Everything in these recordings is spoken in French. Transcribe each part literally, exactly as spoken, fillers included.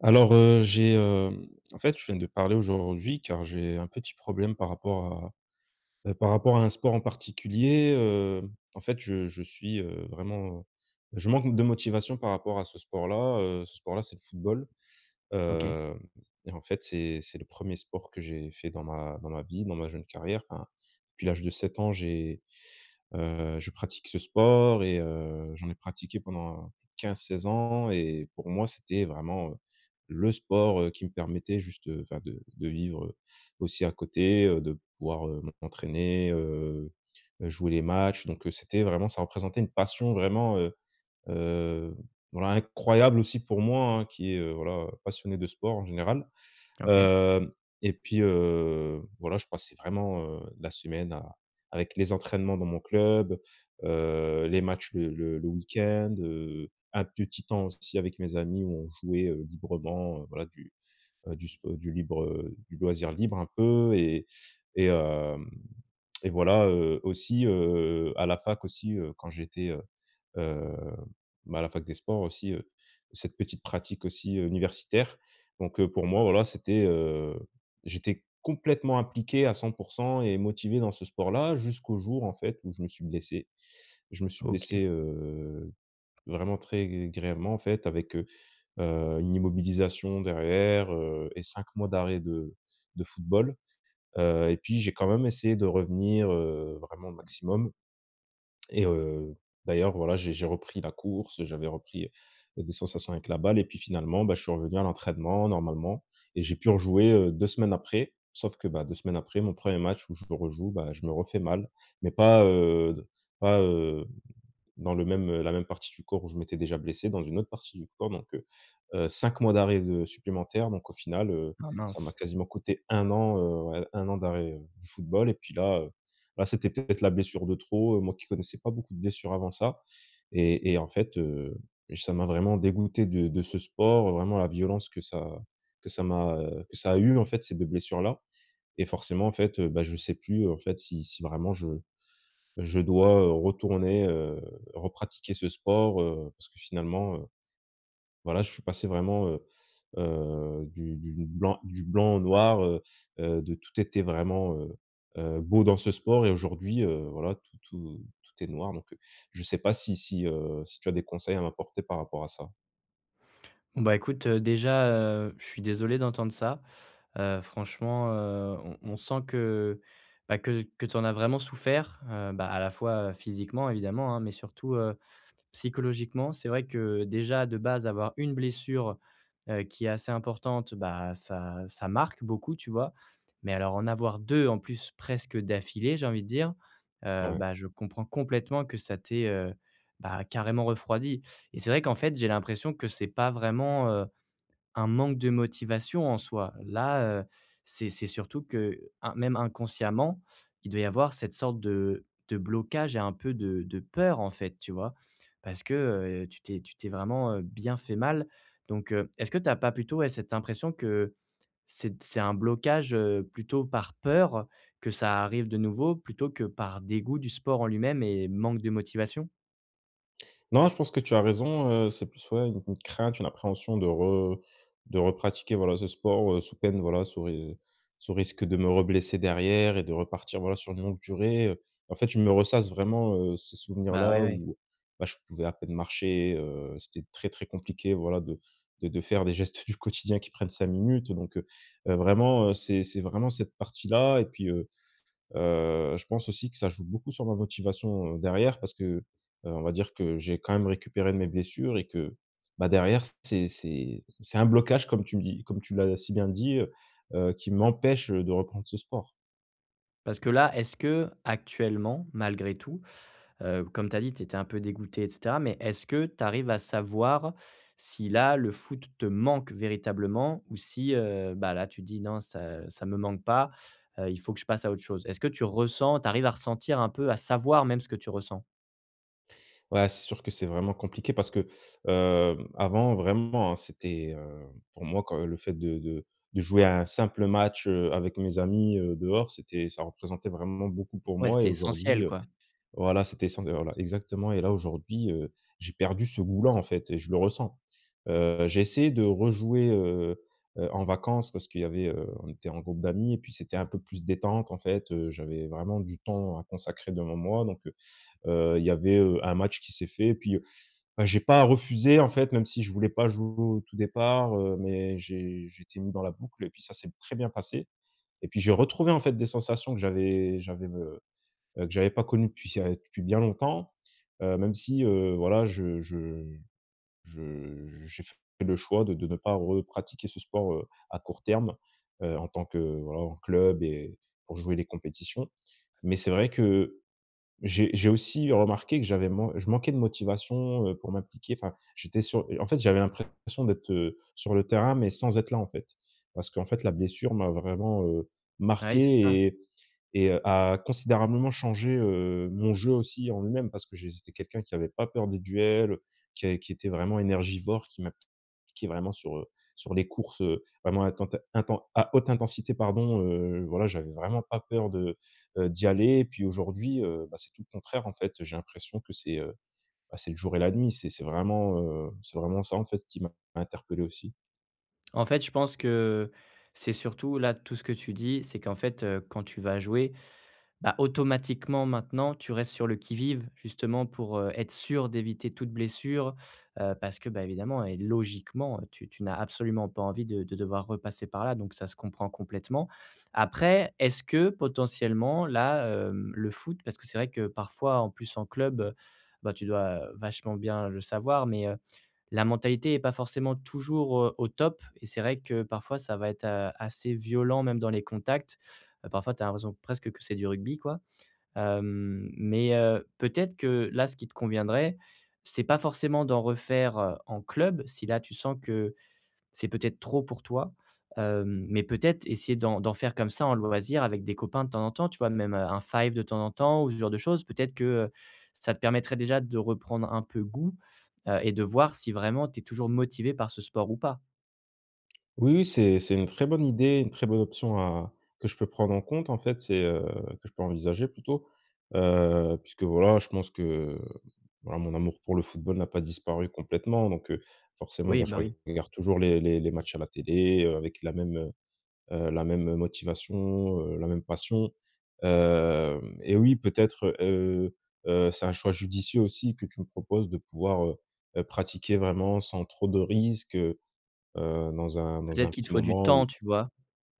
Alors, heu, j'ai, hem, en fait, je viens de parler aujourd'hui car j'ai un petit problème par rapport à, heu, par rapport à un sport en particulier. Hem, en fait, je je suis, heu, vraiment, je manque de motivation par rapport à ce sport-là. Heu, ce sport-là, c'est le football. OK, Hem Et en fait, c'est c'est le premier sport que j'ai fait dans ma dans ma vie, dans ma jeune carrière. Enfin, depuis l'âge de sept ans, j'ai, heu, je pratique ce sport et heu, j'en ai pratiqué pendant quinze seize ans et pour moi, c'était vraiment, heu, le sport, heu, qui me permettait juste, heu, enfin de de vivre, heu, aussi à côté, heu, de pouvoir, heu, m'entraîner, heu, jouer les matchs donc heu, c'était vraiment ça représentait une passion vraiment, Heu, voilà, incroyable aussi pour moi, hein, qui est, heu, voilà, passionné de sport en général. OK, Hem Et puis, heu, voilà, je passais vraiment, heu, la semaine à avec les entraînements dans mon club, heu, les matchs le le le week-end, heu, un petit temps aussi avec mes amis où on jouait, heu, librement, heu, voilà, du heu, du sp du libre, heu, du loisir libre un peu et et hem et voilà, heu, aussi, heu, à la fac aussi, heu, quand j'étais, heu heu, bah, à la fac des sports aussi, heu, cette petite pratique aussi, heu, universitaire. Donc heu, pour moi, voilà, c'était, heu, j'étais complètement impliqué à cent pour cent et motivé dans ce sport-là jusqu'au jour, en fait, où je me suis blessé. Je me suis blessé, OK. heu, vraiment très grièvement, en fait, avec, heu, une immobilisation derrière, heu et cinq mois d'arrêt de de football, heu et puis j'ai quand même essayé de revenir, heu, vraiment au maximum et heu, d'ailleurs, voilà, j'ai j'ai repris la course, j'avais repris, euh, des sensations avec la balle et puis finalement, bah, je suis revenu à l'entraînement normalement et j'ai pu rejouer, heu, deux semaines après. Sauf que, bah, deux semaines après, mon premier match où je rejoue, bah, je me refais mal, mais pas, heu, pas, euh, dans le même, heu, la même partie du corps où je m'étais déjà blessé, dans une autre partie du corps donc heu heu, cinq mois d'arrêt de supplémentaires donc au final, heu, Ah ça m'a mince. quasiment coûté un an, heu, ouais, un an d'arrêt, heu, du football et puis là, heu, là c'était peut-être la blessure de trop, heu, moi qui connaissais pas beaucoup de blessures avant ça et et en fait, heu, ça m'a vraiment dégoûté de de ce sport, vraiment la violence que ça que ça m'a, heu, que ça a eu en fait ces deux blessures-là et forcément en fait, heu, bah, je sais plus, en fait si si vraiment je je dois, heu, retourner, heu, repratiquer ce sport, heu, parce que finalement, heu, voilà, je suis passé vraiment, heu heu, du du blanc du blanc au noir, heu heu, de tout était vraiment, heu heu, beau dans ce sport et aujourd'hui, heu, voilà, tout tout tout est noir donc heu, je sais pas si si, heu, si tu as des conseils à m'apporter par rapport à ça? Bon bah écoute, heu, déjà, heu, je suis désolé d'entendre ça. Heu, franchement, heu, on on sent que, bah, que que tu en as vraiment souffert, heu, bah, à la fois, heu, physiquement évidemment, hein, mais surtout, psychologiquement, c'est vrai que déjà de base avoir une blessure, heu, qui est assez importante, bah, ça ça marque beaucoup, tu vois? Mais alors en avoir deux en plus presque d'affilée, j'ai envie de dire, heu, Ouais. bah, je comprends complètement que ça t'ait, heu, bah, carrément refroidi et c'est vrai qu'en fait, j'ai l'impression que c'est pas vraiment, euh, un manque de motivation en soi. Là, heu, c'est c'est surtout que, in même inconsciemment, il doit y avoir cette sorte de de blocage et un peu de de peur, en fait, tu vois? Parce que, heu, tu t'es tu t'es vraiment, heu, bien fait mal. Donc, heu, est-ce que tu as pas plutôt, ouais, cette impression que c'est c'est un blocage, heu, plutôt par peur que ça arrive de nouveau, plutôt que par dégoût du sport en lui-même et manque de motivation? Non, je pense que tu as raison, heu, c'est plus, ouais, une une crainte, une appréhension de re de repratiquer, voilà, ce sport, heu, sous peine, voilà, sous ri sous risque de me reblesser derrière et de repartir, voilà, sur une longue durée, heu. En fait, je me ressasse vraiment, heu, ces Bah, ouais, souvenirs-là ouais. où, bah, je pouvais à peine marcher, heu, c'était très, très compliqué, voilà, de de de faire des gestes du quotidien qui prennent cinq minutes donc heu heu, vraiment, heu, c'est c'est vraiment cette partie-là et puis, Heu, je pense aussi que ça joue beaucoup sur ma motivation, heu, derrière parce que, heu, on va dire que j'ai quand même récupéré de mes blessures et que, bah, derrière c'est c'est c'est un blocage comme tu me dis comme tu l'as si bien dit, heu heu, qui m'empêche, euh, de reprendre ce sport. Parce que là, est-ce que actuellement, malgré tout, Heu, comme tu as dit, tu étais un peu dégoûté et cetera, mais est-ce que tu arrives à savoir si là, le foot te manque véritablement ou si, heu, bah, là, tu dis: «Non, ça ça me manque pas, heu, il faut que je passe à autre chose»? Est-ce que tu ressens tu arrives à ressentir un peu, à savoir même ce que tu ressens? Ouais, c'est sûr que c'est vraiment compliqué parce que, hem, avant vraiment, hein, c'était, heu, pour moi quand le fait de de de jouer à un simple match, heu, avec mes amis, heu, dehors, c'était ça représentait vraiment beaucoup pour Ouais, moi et c'était essentiel, aujourd'hui, euh, quoi. voilà, c'était sans voilà, exactement et là, aujourd'hui, heu, j'ai perdu ce goût-là, en fait et je le ressens. Heu, j'ai essayé de rejouer, heu heu, en vacances parce qu'il y avait, heu, on était en groupe d'amis et puis c'était un peu plus détente, en fait, heu, j'avais vraiment du temps à consacrer devant moi donc heu heu, il y avait, heu, un match qui s'est fait et puis, heu, bah, j'ai pas refusé, en fait, même si je voulais pas jouer au tout départ, heu, mais j'ai j'étais mis dans la boucle et puis ça s'est très bien passé et puis j'ai retrouvé, en fait, des sensations que j'avais j'avais, heu heu, que j'avais pas connu depuis, heu, depuis bien longtemps. Heu, même si, heu, voilà, je je je j'ai fait le choix de de ne pas repratiquer ce sport, heu, à court terme, heu, en tant que, voilà, en club et pour jouer les compétitions. Mais c'est vrai que j'ai j'ai aussi remarqué que j'avais man je manquais de motivation, heu, pour m'impliquer. Enfin, j'étais sur en fait, j'avais l'impression d'être, heu, sur le terrain, mais sans être là, en fait. Parce qu'en fait, la blessure m'a vraiment, heu, Ouais, c'est ça. marqué et et heu, a considérablement changé, heu, mon jeu aussi en lui-même parce que j'étais quelqu'un qui avait pas peur des duels, qui a qui était vraiment énergivore, qui m'appliquait vraiment sur, heu, sur les courses, heu, vraiment à tenta inten à haute intensité pardon, heu, voilà, j'avais vraiment pas peur de, heu, d'y aller et puis aujourd'hui, heu, bah, c'est tout le contraire en fait. J'ai l'impression que c'est, heu, bah, c'est le jour et la nuit, c'est c'est vraiment, heu, c'est vraiment ça en fait qui m'a interpellé aussi. En fait, je pense que c'est surtout là, tout ce que tu dis, c'est qu'en fait, heu, quand tu vas jouer. Bah, automatiquement maintenant, tu restes sur le qui-vive justement pour, heu, être sûr d'éviter toute blessure, heu, parce que, bah, évidemment et logiquement, tu tu n'as absolument pas envie de de devoir repasser par là, donc ça se comprend complètement. Après, est-ce que potentiellement là, hem, le foot, parce que c'est vrai que parfois en plus en club, heu, bah, tu dois vachement bien le savoir, mais, heu, la mentalité est pas forcément toujours, heu, au top et c'est vrai que parfois ça va être, heu, assez violent même dans les contacts. Heu, parfois tu as l'impression presque que c'est du rugby, quoi. Hem, mais heu, peut-être que là, ce qui te conviendrait, c'est pas forcément d'en refaire, heu, en club, si là tu sens que c'est peut-être trop pour toi, hem, mais peut-être essayer d'en d'en faire comme ça en loisir avec des copains de temps en temps, tu vois? Même, heu, un five de temps en temps ou ce genre de choses. Peut-être que, heu, ça te permettrait déjà de reprendre un peu goût, heu, et de voir si vraiment tu es toujours motivé par ce sport ou pas. Oui, oui, c'est c'est une très bonne idée, une très bonne option à que je peux prendre en compte, en fait, c'est, heu, que je peux envisager plutôt, heu, puisque voilà, je pense que, voilà, mon amour pour le football n'a pas disparu complètement, donc heu, forcément, Oui, bah, je bah, oui. regarde toujours les les les matchs à la télé, heu, avec la même, heu heu, la même, motivation, heu, la même passion, hem et oui, peut-être, heu heu, c'est un choix judicieux aussi que tu me proposes de pouvoir, heu heu, pratiquer vraiment sans trop de risques, heu Heu, dans un dans Peut-être un qu'il te petit faut du moment temps, où tu vois?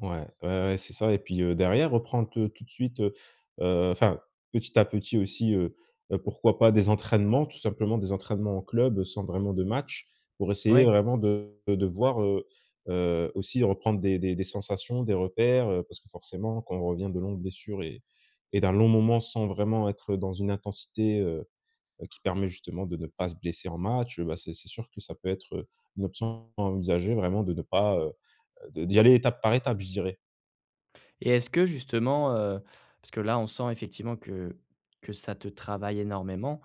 ouais, ouais, ouais, c'est ça et puis, heu, derrière reprendre, heu, tout de suite, heu heu, enfin, petit à petit aussi, heu heu, pourquoi pas des entraînements, tout simplement des entraînements en club, heu, sans vraiment de match pour essayer Oui. vraiment de de voir, heu heu, aussi reprendre des des des sensations, des repères, heu, parce que forcément quand on revient de longues blessures et et d'un long moment sans vraiment être dans une intensité, euh, heu, qui permet justement de ne pas se blesser en match, heu, bah, c'est c'est sûr que ça peut être, heu, une option à envisager vraiment de ne pas, heu, de d'y aller étape par étape, je dirais. Et est-ce que justement, heu, parce que là on sent effectivement que que ça te travaille énormément,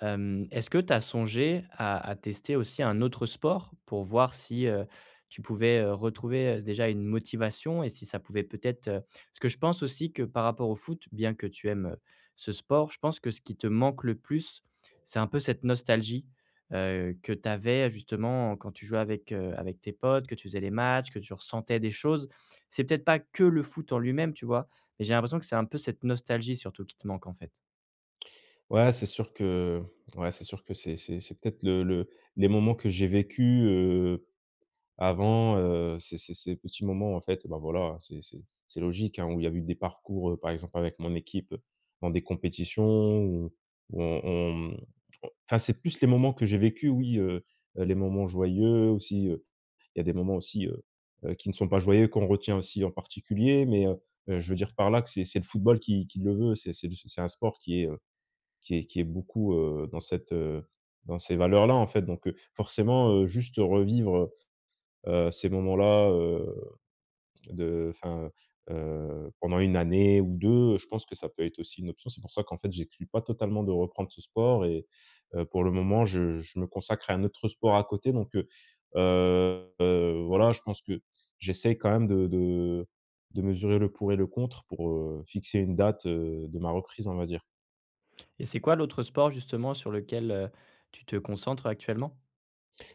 hem, est-ce que tu as songé à à tester aussi un autre sport pour voir si, heu, tu pouvais, heu, retrouver, heu, déjà une motivation et si ça pouvait peut-être, heu parce que je pense aussi que par rapport au foot, bien que tu aimes, heu, ce sport, je pense que ce qui te manque le plus, c'est un peu cette nostalgie, heu, que tu avais justement quand tu jouais avec, heu, avec tes potes, que tu faisais les matchs, que tu ressentais des choses. C'est peut-être pas que le foot en lui-même, tu vois? Mais j'ai l'impression que c'est un peu cette nostalgie surtout qui te manque, en fait. Ouais, c'est sûr que ouais, c'est sûr que c'est c'est c'est peut-être le le les moments que j'ai vécus, heu, avant, heu, c'est ces ces petits moments en fait, bah, voilà, c'est c'est c'est logique, hein, où il y a eu des parcours, heu, par exemple avec mon équipe, dans des compétitions où où on on, mmh, on enfin, c'est plus les moments que j'ai vécu, oui, heu, les moments joyeux aussi, euh, il y a des moments aussi, heu heu, qui ne sont pas joyeux, qu'on retient aussi en particulier, mais heu heu, je veux dire par là que c'est c'est le football qui qui le veut. C'est c'est le c'est un sport qui est, heu, qui est qui est beaucoup, heu, dans cette, heu, dans ces valeurs-là, en fait, donc heu, forcément, heu, juste revivre, heu ces moments-là, heu de enfin, heu, pendant une année ou deux, je pense que ça peut être aussi une option. C'est pour ça qu'en fait, j'exclus pas totalement de reprendre ce sport et heu, pour le moment, je je me consacre à un autre sport à côté donc heu heu, voilà, je pense que j'essaye quand même de de de mesurer le pour et le contre pour, heu, fixer une date, heu, de ma reprise, on va dire. Et c'est quoi l'autre sport justement sur lequel, heu, tu te concentres actuellement?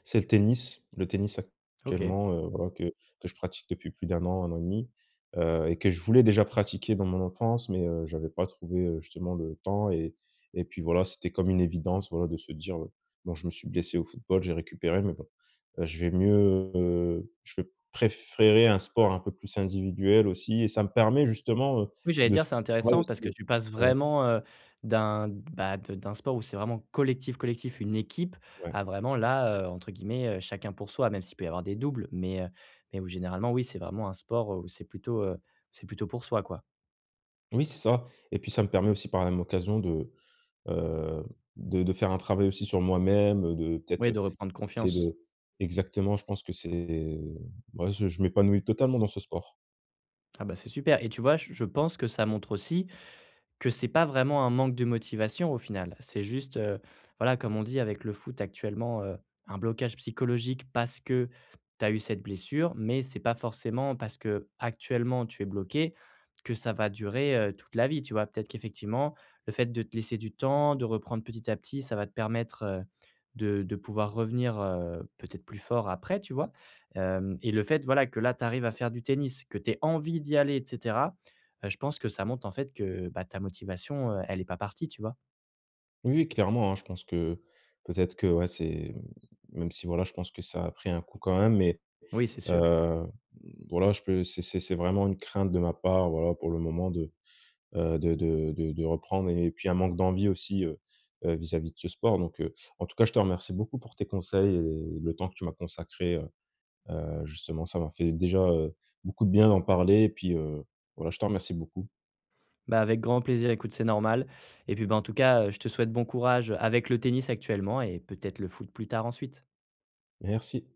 C'est le tennis. Le tennis OK. actuellement, heu, voilà, que que je pratique depuis plus d'un an, un an et demi, heu et que je voulais déjà pratiquer dans mon enfance, mais heu, j'avais pas trouvé, heu, justement le temps et et puis voilà, c'était comme une évidence, voilà, de se dire, heu: «Bon, je me suis blessé au football, j'ai récupéré, mais bon, heu, je vais mieux, heu, je vais préférer un sport un peu plus individuel aussi» et ça me permet justement, heu, Oui, j'allais de faire dire c'est un travail intéressant aussi, parce que heu, tu passes voilà, vraiment, heu, d'un, bah, de d'un sport où c'est vraiment collectif, collectif, une équipe, ouais. à vraiment là, heu, entre guillemets, heu, chacun pour soi, même s'il peut y avoir des doubles, mais heu, mais où généralement, oui, c'est vraiment un sport où c'est plutôt, heu, c'est plutôt pour soi, quoi. Oui, c'est ça et puis ça me permet aussi par la même occasion de Heu, de de faire un travail aussi sur moi-même, euh, de peut-être, Oui, de heu, reprendre essayer confiance. de exactement, je pense que c'est ouais, je je m'épanouis totalement dans ce sport. Ah bah, c'est super et tu vois? Je je pense que ça montre aussi que c'est pas vraiment un manque de motivation au final. C'est juste, heu, voilà, comme on dit avec le foot actuellement, heu, un blocage psychologique parce que tu as eu cette blessure, mais c'est pas forcément parce que actuellement tu es bloqué que ça va durer, heu, toute la vie, tu vois? Peut-être qu'effectivement, le fait de te laisser du temps, de reprendre petit à petit, ça va te permettre, heu, de de pouvoir revenir, heu, peut-être plus fort après, tu vois? Hem Et le fait, voilà, que là tu arrives à faire du tennis, que tu aies envie d'y aller, et cetera. Heu, je pense que ça montre en fait que, bah, ta motivation, heu, elle n'est pas partie, tu vois? Oui, oui, clairement, hein, je pense que peut-être que, ouais, c'est même si, voilà, je pense que ça a pris un coup quand même, mais Oui, c'est sûr. heu, voilà, je peux c'est c'est c'est vraiment une crainte de ma part, voilà, pour le moment de, heu, de de de de reprendre et puis un manque d'envie aussi, heu heu, vis-à-vis de ce sport donc heu, en tout cas, je te remercie beaucoup pour tes conseils et le temps que tu m'as consacré, euh, Heu, justement, ça m'a fait déjà, heu, beaucoup de bien d'en parler et puis, heu, voilà, je te remercie beaucoup. Bah, avec grand plaisir, écoute, c'est normal et puis, bah, en tout cas, heu, je te souhaite bon courage avec le tennis actuellement et peut-être le foot plus tard ensuite. Merci.